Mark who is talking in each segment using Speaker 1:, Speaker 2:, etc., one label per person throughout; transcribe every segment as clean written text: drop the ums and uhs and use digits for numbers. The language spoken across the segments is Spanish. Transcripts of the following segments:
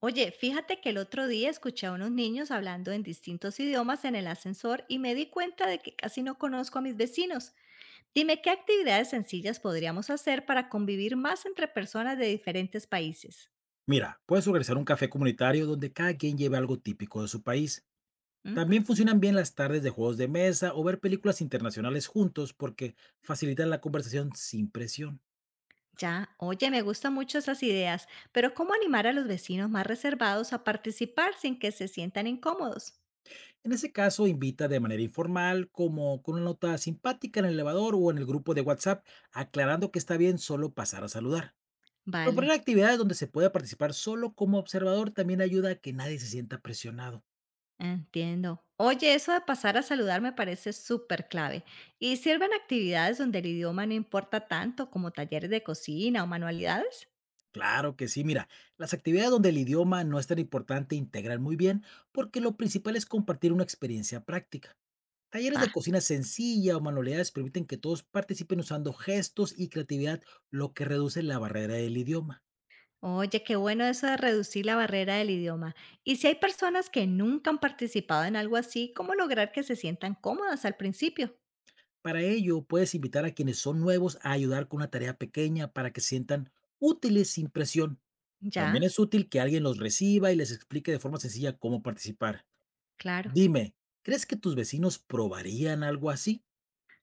Speaker 1: Oye, fíjate que el otro día escuché a unos niños hablando en distintos idiomas en el ascensor y me di cuenta de que casi no conozco a mis vecinos. Dime qué actividades sencillas podríamos hacer para convivir más entre personas de diferentes países.
Speaker 2: Mira, puedes organizar un café comunitario donde cada quien lleve algo típico de su país.
Speaker 1: Ujú.
Speaker 2: También funcionan bien las tardes de juegos de mesa o ver películas internacionales juntos porque facilitan la conversación sin presión.
Speaker 1: Ya, oye, me gustan mucho esas ideas, pero ¿cómo animar a los vecinos más reservados a participar sin que se sientan incómodos?
Speaker 2: En ese caso, invita de manera informal, como con una nota simpática en el elevador o en el grupo de WhatsApp, aclarando que está bien solo pasar a saludar.
Speaker 1: Vale.
Speaker 2: Proponer actividades donde se pueda participar solo como observador también ayuda a que nadie se sienta presionado.
Speaker 1: Entiendo. Oye, eso de pasar a saludar me parece súper clave. ¿Y sirven actividades donde el idioma no importa tanto, como talleres de cocina o manualidades?
Speaker 2: Claro que sí, mira, las actividades donde el idioma no es tan importante integrar muy bien, porque lo principal es compartir una experiencia práctica. Talleres
Speaker 1: Va.
Speaker 2: de cocina sencilla o manualidades permiten que todos participen usando gestos y creatividad, lo que reduce la barrera del idioma.
Speaker 1: Oye, qué bueno eso de reducir la barrera del idioma. Y si hay personas que nunca han participado en algo así, ¿cómo lograr que se sientan cómodas al principio?
Speaker 2: Para ello, puedes invitar a quienes son nuevos a ayudar con una tarea pequeña para que se sientan útiles sin presión. También
Speaker 1: Ya,
Speaker 2: es útil que alguien los reciba y les explique de forma sencilla cómo participar.
Speaker 1: claro.
Speaker 2: Dime, ¿crees que tus vecinos probarían algo así?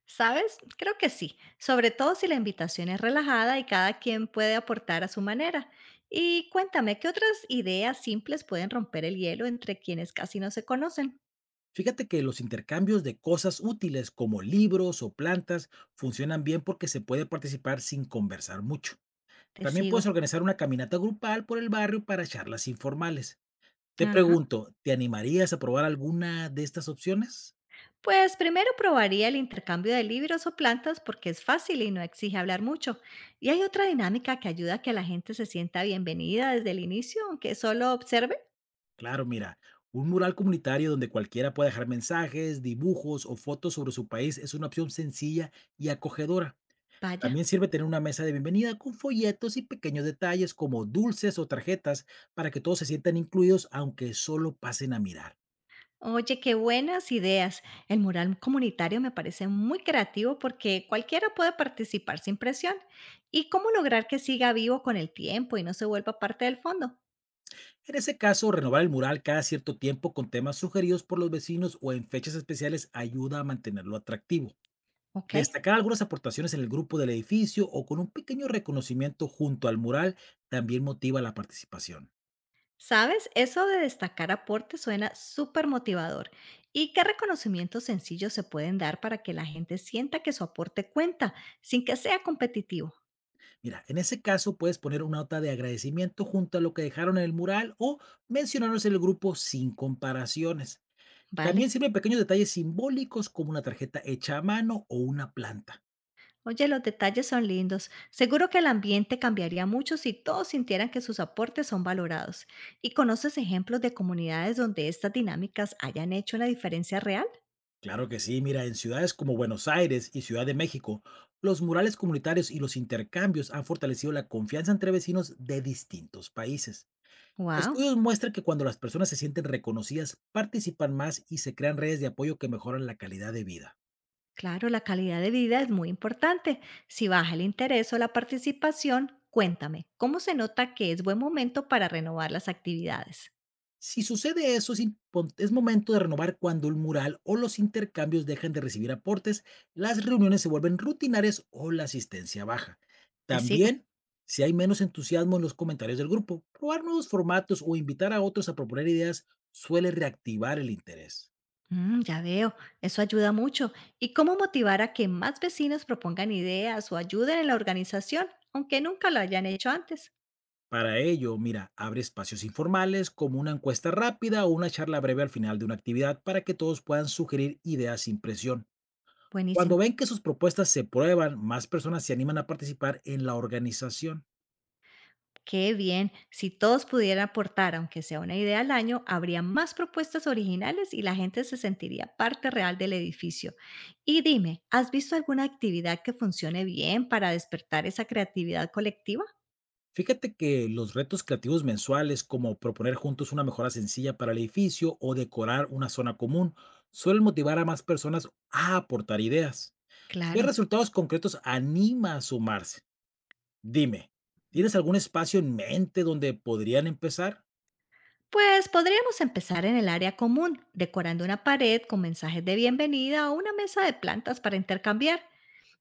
Speaker 1: ¿Sabes? Creo que sí, sobre todo si la invitación es relajada y cada quien puede aportar a su manera. Y cuéntame, ¿qué otras ideas simples pueden romper el hielo entre quienes casi no se conocen?
Speaker 2: Fíjate que los intercambios de cosas útiles como libros o plantas funcionan bien porque se puede participar sin conversar mucho.
Speaker 1: Te
Speaker 2: También puedes
Speaker 1: sigo.
Speaker 2: organizar una caminata grupal por el barrio para charlas informales. Te
Speaker 1: Ajá.
Speaker 2: pregunto, ¿te animarías a probar alguna de estas opciones?
Speaker 1: Pues primero probaría el intercambio de libros o plantas porque es fácil y no exige hablar mucho. Y hay otra dinámica que ayuda a que la gente se sienta bienvenida desde el inicio, aunque solo observe.
Speaker 2: Claro, mira, un mural comunitario donde cualquiera pueda dejar mensajes, dibujos o fotos sobre su país es una opción sencilla y acogedora.
Speaker 1: Vaya.
Speaker 2: También sirve tener una mesa de bienvenida con folletos y pequeños detalles como dulces o tarjetas para que todos se sientan incluidos aunque solo pasen a mirar.
Speaker 1: Oye, qué buenas ideas. El mural comunitario me parece muy creativo porque cualquiera puede participar sin presión. ¿Y cómo lograr que siga vivo con el tiempo y no se vuelva parte del fondo?
Speaker 2: En ese caso, renovar el mural cada cierto tiempo con temas sugeridos por los vecinos o en fechas especiales ayuda a mantenerlo atractivo.
Speaker 1: Ok.
Speaker 2: Destacar algunas aportaciones en el grupo del edificio o con un pequeño reconocimiento junto al mural también motiva la participación.
Speaker 1: ¿Sabes? Eso de destacar aportes suena súper motivador. ¿Y qué reconocimientos sencillos se pueden dar para que la gente sienta que su aporte cuenta sin que sea competitivo?
Speaker 2: Mira, en ese caso puedes poner una nota de agradecimiento junto a lo que dejaron en el mural o mencionarnos en el grupo sin comparaciones. También
Speaker 1: Vale.
Speaker 2: sirven pequeños detalles simbólicos como una tarjeta hecha a mano o una planta.
Speaker 1: Oye, los detalles son lindos. Seguro que el ambiente cambiaría mucho si todos sintieran que sus aportes son valorados. ¿Y conoces ejemplos de comunidades donde estas dinámicas hayan hecho la diferencia real?
Speaker 2: Claro que sí, mira, en ciudades como Buenos Aires y Ciudad de México, los murales comunitarios y los intercambios han fortalecido la confianza entre vecinos de distintos países.
Speaker 1: ¡Wow!
Speaker 2: Estudios muestran que cuando las personas se sienten reconocidas, participan más y se crean redes de apoyo que mejoran la calidad de vida.
Speaker 1: Claro, la calidad de vida es muy importante. Si baja el interés o la participación, cuéntame, ¿cómo se nota que es buen momento para renovar las actividades?
Speaker 2: Si sucede eso, es momento de renovar cuando el mural o los intercambios dejan de recibir aportes, las reuniones se vuelven rutinarias o la asistencia baja.
Speaker 1: Te sigo.
Speaker 2: También, si hay menos entusiasmo en los comentarios del grupo, probar nuevos formatos o invitar a otros a proponer ideas suele reactivar el interés.
Speaker 1: Mm, ya veo, eso ayuda mucho. ¿Y cómo motivar a que más vecinos propongan ideas o ayuden en la organización, aunque nunca lo hayan hecho antes?
Speaker 2: Para ello, mira, abre espacios informales como una encuesta rápida o una charla breve al final de una actividad para que todos puedan sugerir ideas sin presión. Cuando
Speaker 1: Buenísimo.
Speaker 2: ven que sus propuestas se prueban, más personas se animan a participar en la organización.
Speaker 1: Qué bien. Si todos pudieran aportar, aunque sea una idea al año, habría más propuestas originales y la gente se sentiría parte real del edificio. Y dime, ¿has visto alguna actividad que funcione bien para despertar esa creatividad colectiva?
Speaker 2: Fíjate que los retos creativos mensuales, como proponer juntos una mejora sencilla para el edificio o decorar una zona común, suelen motivar a más personas a aportar ideas. Ver
Speaker 1: Claro.
Speaker 2: resultados concretos anima a sumarse. Dime, ¿tienes algún espacio en mente donde podrían empezar?
Speaker 1: Pues podríamos empezar en el área común, decorando una pared con mensajes de bienvenida o una mesa de plantas para intercambiar.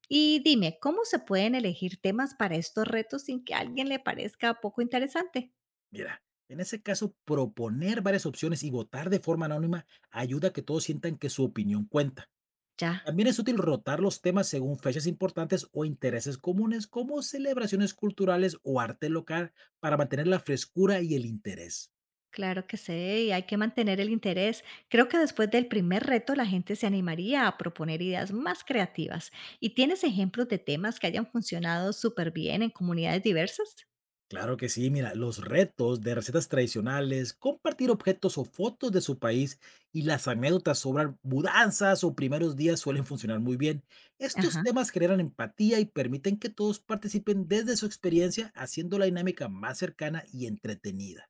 Speaker 1: Y dime, ¿cómo se pueden elegir temas para estos retos sin que a alguien le parezca poco interesante?
Speaker 2: Mira, en ese caso, proponer varias opciones y votar de forma anónima ayuda a que todos sientan que su opinión cuenta.
Speaker 1: Ya,
Speaker 2: También es útil rotar los temas según fechas importantes o intereses comunes, como celebraciones culturales o arte local, para mantener la frescura y el interés.
Speaker 1: claro que sé, y hay que mantener el interés. Creo que después del primer reto la gente se animaría a proponer ideas más creativas. ¿Y tienes ejemplos de temas que hayan funcionado súper bien en comunidades diversas?
Speaker 2: Claro que sí, mira, los retos de recetas tradicionales, compartir objetos o fotos de su país y las anécdotas sobre mudanzas o primeros días suelen funcionar muy bien. Estos
Speaker 1: Ajá.
Speaker 2: temas generan empatía y permiten que todos participen desde su experiencia, haciendo la dinámica más cercana y entretenida.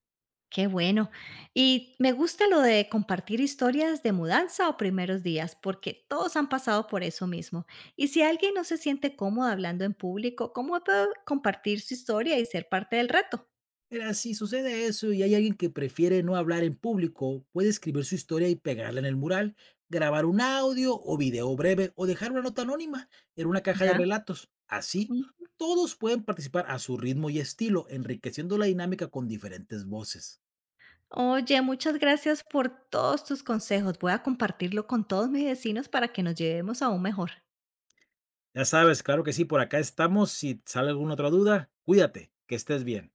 Speaker 1: Qué bueno. Y me gusta lo de compartir historias de mudanza o primeros días, porque todos han pasado por eso mismo. Y si alguien no se siente cómodo hablando en público, ¿cómo puedo compartir su historia y ser parte del reto?
Speaker 2: Mira, si sucede eso y hay alguien que prefiere no hablar en público, puede escribir su historia y pegarla en el mural, grabar un audio o video breve o dejar una nota anónima en una caja de
Speaker 1: ¿Ya?
Speaker 2: relatos. Así,
Speaker 1: Mm.
Speaker 2: todos pueden participar a su ritmo y estilo, enriqueciendo la dinámica con diferentes voces.
Speaker 1: Oye, muchas gracias por todos tus consejos. Voy a compartirlo con todos mis vecinos para que nos llevemos aún mejor.
Speaker 2: Ya sabes, claro que sí, por acá estamos. Si sale alguna otra duda, cuídate, que estés bien.